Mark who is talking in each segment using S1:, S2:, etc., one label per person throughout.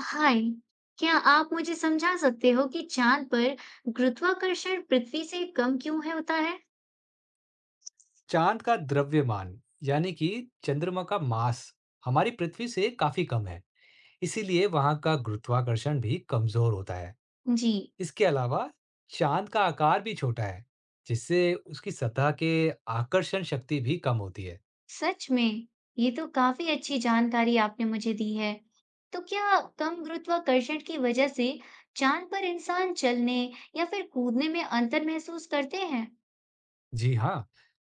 S1: हाय। क्या आप मुझे समझा सकते हो कि चांद पर गुरुत्वाकर्षण पृथ्वी से कम क्यों है होता है।
S2: चांद का द्रव्यमान यानी कि चंद्रमा का मास हमारी पृथ्वी से काफी कम है। इसीलिए वहां का गुरुत्वाकर्षण भी कमजोर होता है।
S1: जी।
S2: इसके अलावा चांद का आकार भी छोटा है, जिससे उसकी सतह के आकर्षण शक्ति भी कम होती है।
S1: सच में ये तो काफी अच्छी जानकारी आपने मुझे दी है। तो क्या कम गुरुत्वाकर्षण की वजह से चांद पर इंसान चलने या फिर कूदने में अंतर महसूस करते हैं।
S2: जी हाँ,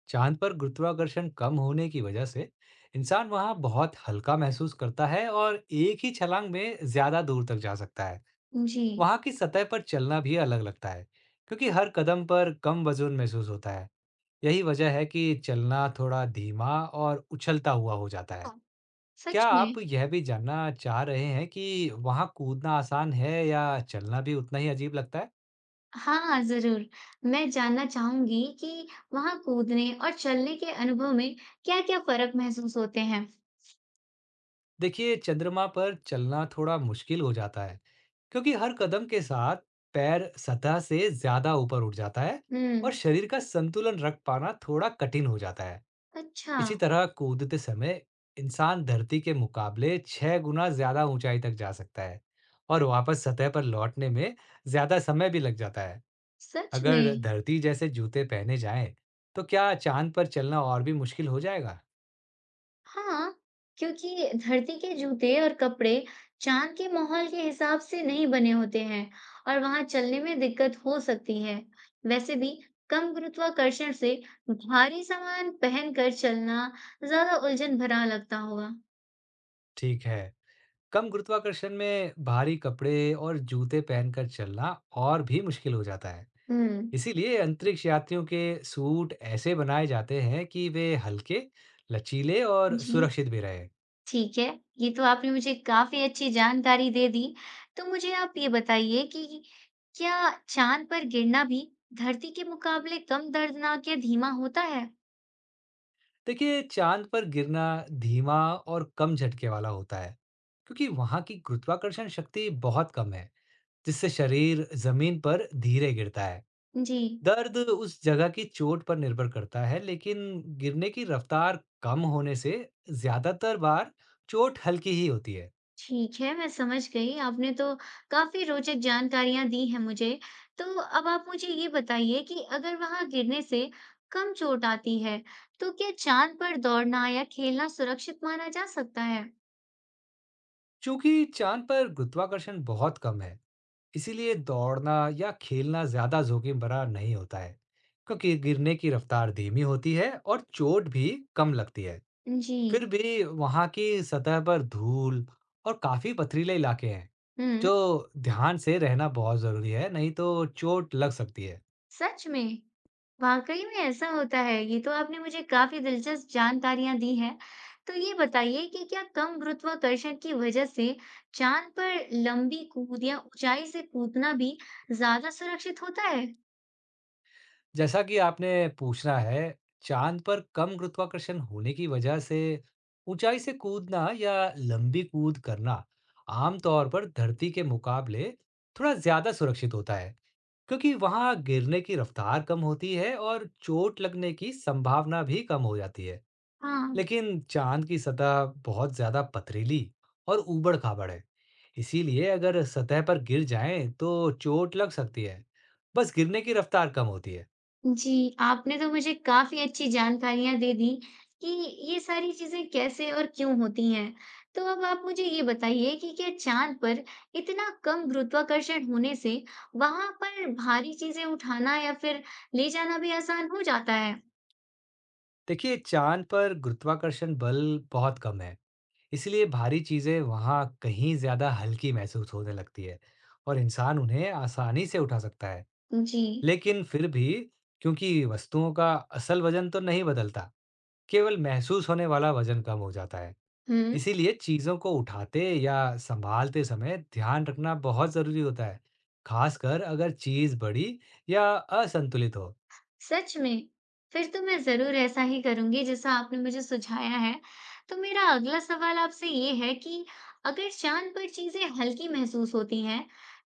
S2: चांद पर गुरुत्वाकर्षण कम होने की वजह से इंसान वहां बहुत हल्का महसूस करता है और एक ही छलांग में ज्यादा दूर तक जा सकता है।
S1: जी
S2: वहाँ की सतह पर चलना भी अलग लगता है, क्योंकि हर कदम पर कम वजन महसूस होता है। यही वजह है कि चलना थोड़ा धीमा और उछलता हुआ हो जाता है।
S1: हाँ, सच
S2: क्या
S1: में।
S2: आप यह भी जानना चाह रहे हैं कि वहाँ कूदना आसान है या चलना भी उतना ही अजीब लगता है?
S1: हाँ जरूर, मैं जानना चाहूंगी कि वहाँ कूदने और चलने के अनुभव में क्या-क्या फर्क महसूस होते हैं।
S2: देखिए, चंद्रमा पर चलना थोड़ा मुश्किल हो जाता है, क्योंकि हर कदम के साथ पैर सतह से ज्यादा ऊपर उठ जाता है
S1: हम्म।
S2: और शरीर का संतुलन रख पाना थोड़ा कठिन हो जाता है।
S1: अच्छा।
S2: इसी तरह कूदते समय इंसान धरती के मुकाबले 6 गुना ज्यादा ऊंचाई तक जा सकता है और वापस सतह पर लौटने में ज्यादा समय भी लग जाता है।
S1: सच
S2: अगर
S1: में?
S2: धरती जैसे जूते पहने जाएं, तो क्या चांद पर चलना और भी मुश्किल हो जाएगा?
S1: हाँ, क्योंकि धरती के जूते और कपड़े चांद के माहौल के हिसाब से नहीं बने होते हैं और वहां चलने में दिक्कत हो सकती है। वैसे भी कम गुरुत्वाकर्षण से भारी सामान पहनकर चलना ज्यादा उलझन भरा लगता होगा।
S2: ठीक है। कम गुरुत्वाकर्षण में भारी कपड़े और जूते पहनकर चलना और भी मुश्किल हो जाता है।
S1: हम्म।
S2: इसीलिए अंतरिक्ष यात्रियों के सूट ऐसे बनाए जाते हैं कि वे हल्के, लचीले और
S1: जी।
S2: सुरक्षित भी रहें।
S1: ठीक है, ये तो आपने मुझे काफ़ी अच्छी जानकारी दे दी। तो मुझे आप ये बताइए कि क्या चाँद पर गिरना भी धरती के मुकाबले कम दर्दनाक या धीमा होता है?
S2: देखिए, चांद पर गिरना धीमा और कम झटके वाला होता है, क्योंकि वहां की गुरुत्वाकर्षण शक्ति बहुत कम है, जिससे शरीर जमीन पर धीरे गिरता है।
S1: जी।
S2: दर्द उस जगह की चोट पर निर्भर करता है, लेकिन गिरने की रफ्तार कम होने से ज्यादातर बार चोट हल्की ही होती है।
S1: ठीक है, मैं समझ गई। आपने तो काफ़ी रोचक जानकारियाँ दी हैं मुझे। तो अब आप मुझे ये बताइए कि अगर वहाँ गिरने से कम चोट आती है, तो क्या चाँद पर दौड़ना या खेलना सुरक्षित माना जा सकता है?
S2: क्योंकि चांद पर गुरुत्वाकर्षण बहुत कम है, इसीलिए दौड़ना या खेलना ज्यादा जोखिम भरा नहीं होता है, क्योंकि गिरने की रफ्तार धीमी होती है और चोट भी कम लगती है।
S1: जी।
S2: फिर भी वहाँ की सतह पर धूल और काफी पथरीले इलाके हैं,
S1: हुँ।
S2: जो ध्यान से रहना बहुत जरूरी है, नहीं तो चोट लग सकती है।
S1: सच में! वाक़ई में ऐसा होता है, ये तो आपने मुझे काफ़ी दिलचस्प जानकारियाँ दी हैं। तो ये बताइए कि क्या कम गुरुत्वाकर्षण की वजह से चाँद पर लंबी कूद या ऊँचाई से कूदना भी ज़्यादा सुरक्षित होता है?
S2: जैसा कि आपने पूछना है, चांद पर कम गुरुत्वाकर्षण होने की वजह से ऊंचाई से कूदना या लंबी कूद करना आमतौर पर धरती के मुकाबले थोड़ा ज्यादा सुरक्षित होता है, क्योंकि वहाँ गिरने की रफ्तार कम होती है और चोट लगने की संभावना भी कम हो जाती है।
S1: हाँ।
S2: लेकिन चांद की सतह बहुत ज्यादा पथरीली और ऊबड़-खाबड़ है, इसीलिए अगर सतह पर गिर जाएं तो चोट लग सकती है। बस गिरने की रफ्तार कम होती है।
S1: जी, आपने तो मुझे काफ़ी अच्छी जानकारियाँ दे दी कि ये सारी चीज़ें कैसे और क्यों होती हैं। तो अब आप मुझे ये बताइए कि क्या चाँद पर इतना कम गुरुत्वाकर्षण होने से वहाँ पर भारी चीज़ें उठाना या फिर ले जाना भी आसान हो जाता है?
S2: देखिए, चांद पर गुरुत्वाकर्षण बल बहुत कम है, इसलिए भारी चीजें वहां कहीं ज्यादा हल्की महसूस होने लगती है और इंसान उन्हें आसानी से उठा सकता है।
S1: जी।
S2: लेकिन फिर भी क्योंकि वस्तुओं का असल वजन तो नहीं बदलता, केवल महसूस होने वाला वजन कम हो जाता है।
S1: हुँ।
S2: इसीलिए चीज़ों को उठाते या सँभालते समय ध्यान रखना बहुत ज़रूरी होता है, खासकर अगर चीज़ बड़ी या असंतुलित हो।
S1: सच में? फिर तो मैं ज़रूर ऐसा ही करूँगी जैसा आपने मुझे सुझाया है। तो मेरा अगला सवाल आपसे ये है कि अगर चाँद पर चीज़ें हल्की महसूस होती हैं,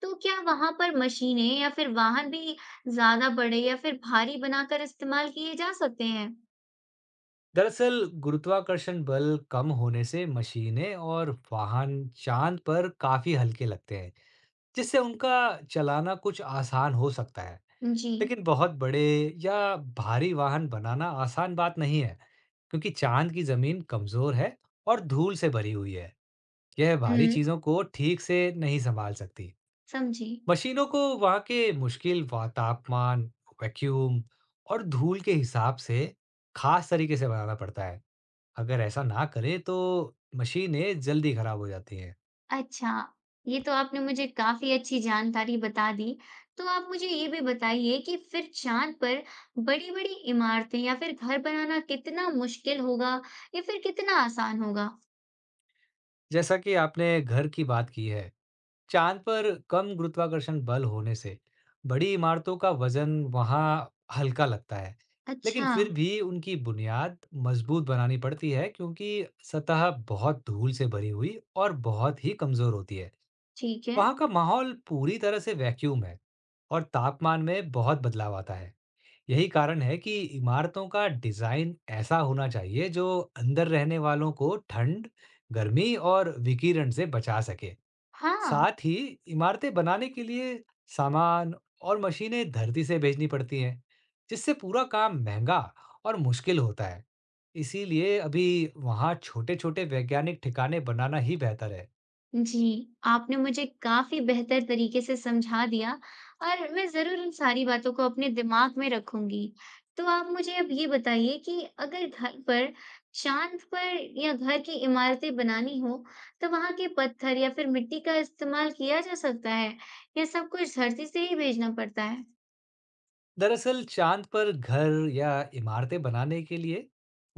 S1: तो क्या वहाँ पर मशीनें या फिर वाहन भी ज़्यादा बड़े या फिर भारी बनाकर इस्तेमाल किए जा सकते हैं?
S2: दरअसल, गुरुत्वाकर्षण बल कम होने से मशीनें और वाहन चाँद पर काफ़ी हल्के लगते हैं, जिससे उनका चलाना कुछ आसान हो सकता है।
S1: जी।
S2: लेकिन बहुत बड़े या भारी वाहन बनाना आसान बात नहीं है, क्योंकि चाँद की ज़मीन कमज़ोर है और धूल से भरी हुई है। यह
S1: हुँ,
S2: भारी चीज़ों को ठीक से नहीं संभाल सकती।
S1: समझी।
S2: मशीनों को वहाँ के मुश्किल वा तापमान, वैक्यूम और धूल के हिसाब से खास तरीके से बनाना पड़ता है। अगर ऐसा ना करें तो मशीनें जल्दी खराब हो जाती हैं।
S1: अच्छा, ये तो आपने मुझे काफ़ी अच्छी जानकारी बता दी। तो आप मुझे ये भी बताइए कि फिर चाँद पर बड़ी-बड़ी इमारतें या फिर घर बनाना कितना मुश्किल होगा या फिर कितना आसान होगा?
S2: जैसा कि आपने घर की बात की है, चांद पर कम गुरुत्वाकर्षण बल होने से बड़ी इमारतों का वजन वहाँ हल्का लगता है, लेकिन
S1: अच्छा,
S2: फिर भी उनकी बुनियाद मजबूत बनानी पड़ती है, क्योंकि सतह बहुत धूल से भरी हुई और बहुत ही कमजोर होती है।
S1: ठीक है।
S2: वहाँ का माहौल पूरी तरह से वैक्यूम है और तापमान में बहुत बदलाव आता है। यही कारण है कि इमारतों का डिजाइन ऐसा होना चाहिए जो अंदर रहने वालों को ठंड, गर्मी और विकिरण से बचा सके।
S1: हाँ।
S2: साथ ही इमारतें बनाने के लिए सामान और मशीनें धरती से भेजनी पड़ती हैं, जिससे पूरा काम महंगा और मुश्किल होता है। इसीलिए अभी वहाँ छोटे-छोटे वैज्ञानिक ठिकाने बनाना ही बेहतर है।
S1: जी, आपने मुझे काफ़ी बेहतर तरीके से समझा दिया और मैं ज़रूर इन सारी बातों को अपने दिमाग में रखूँगी। तो आप मुझे अब ये बताइए कि अगर घर पर चाँद पर या घर की इमारतें बनानी हो, तो वहाँ के पत्थर या फिर मिट्टी का इस्तेमाल किया जा सकता है या सब कुछ धरती से ही भेजना पड़ता है?
S2: दरअसल चांद पर घर या इमारतें बनाने के लिए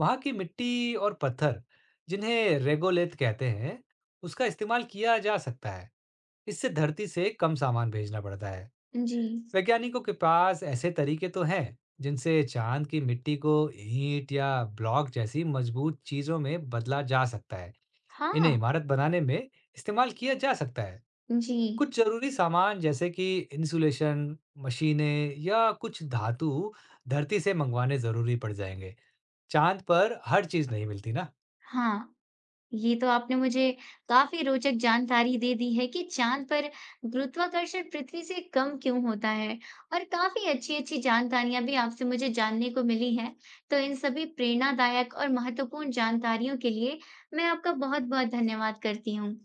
S2: वहां की मिट्टी और पत्थर, जिन्हें रेगोलिथ कहते हैं, उसका इस्तेमाल किया जा सकता है। इससे धरती से कम सामान भेजना पड़ता है।
S1: जी।
S2: वैज्ञानिकों के पास ऐसे तरीके तो हैं जिनसे चांद की मिट्टी को ईंट या ब्लॉक जैसी मजबूत चीजों में बदला जा सकता है। इन्हें
S1: हाँ।
S2: इमारत बनाने में इस्तेमाल किया जा सकता है।
S1: जी।
S2: कुछ जरूरी सामान जैसे कि इंसुलेशन, मशीनें या कुछ धातु धरती से मंगवाने जरूरी पड़ जाएंगे। चांद पर हर चीज नहीं मिलती ना।
S1: हाँ। ये तो आपने मुझे काफ़ी रोचक जानकारी दे दी है कि चाँद पर गुरुत्वाकर्षण पृथ्वी से कम क्यों होता है और काफ़ी अच्छी-अच्छी जानकारियाँ भी आपसे मुझे जानने को मिली हैं। तो इन सभी प्रेरणादायक और महत्वपूर्ण जानकारियों के लिए मैं आपका बहुत-बहुत धन्यवाद करती हूँ।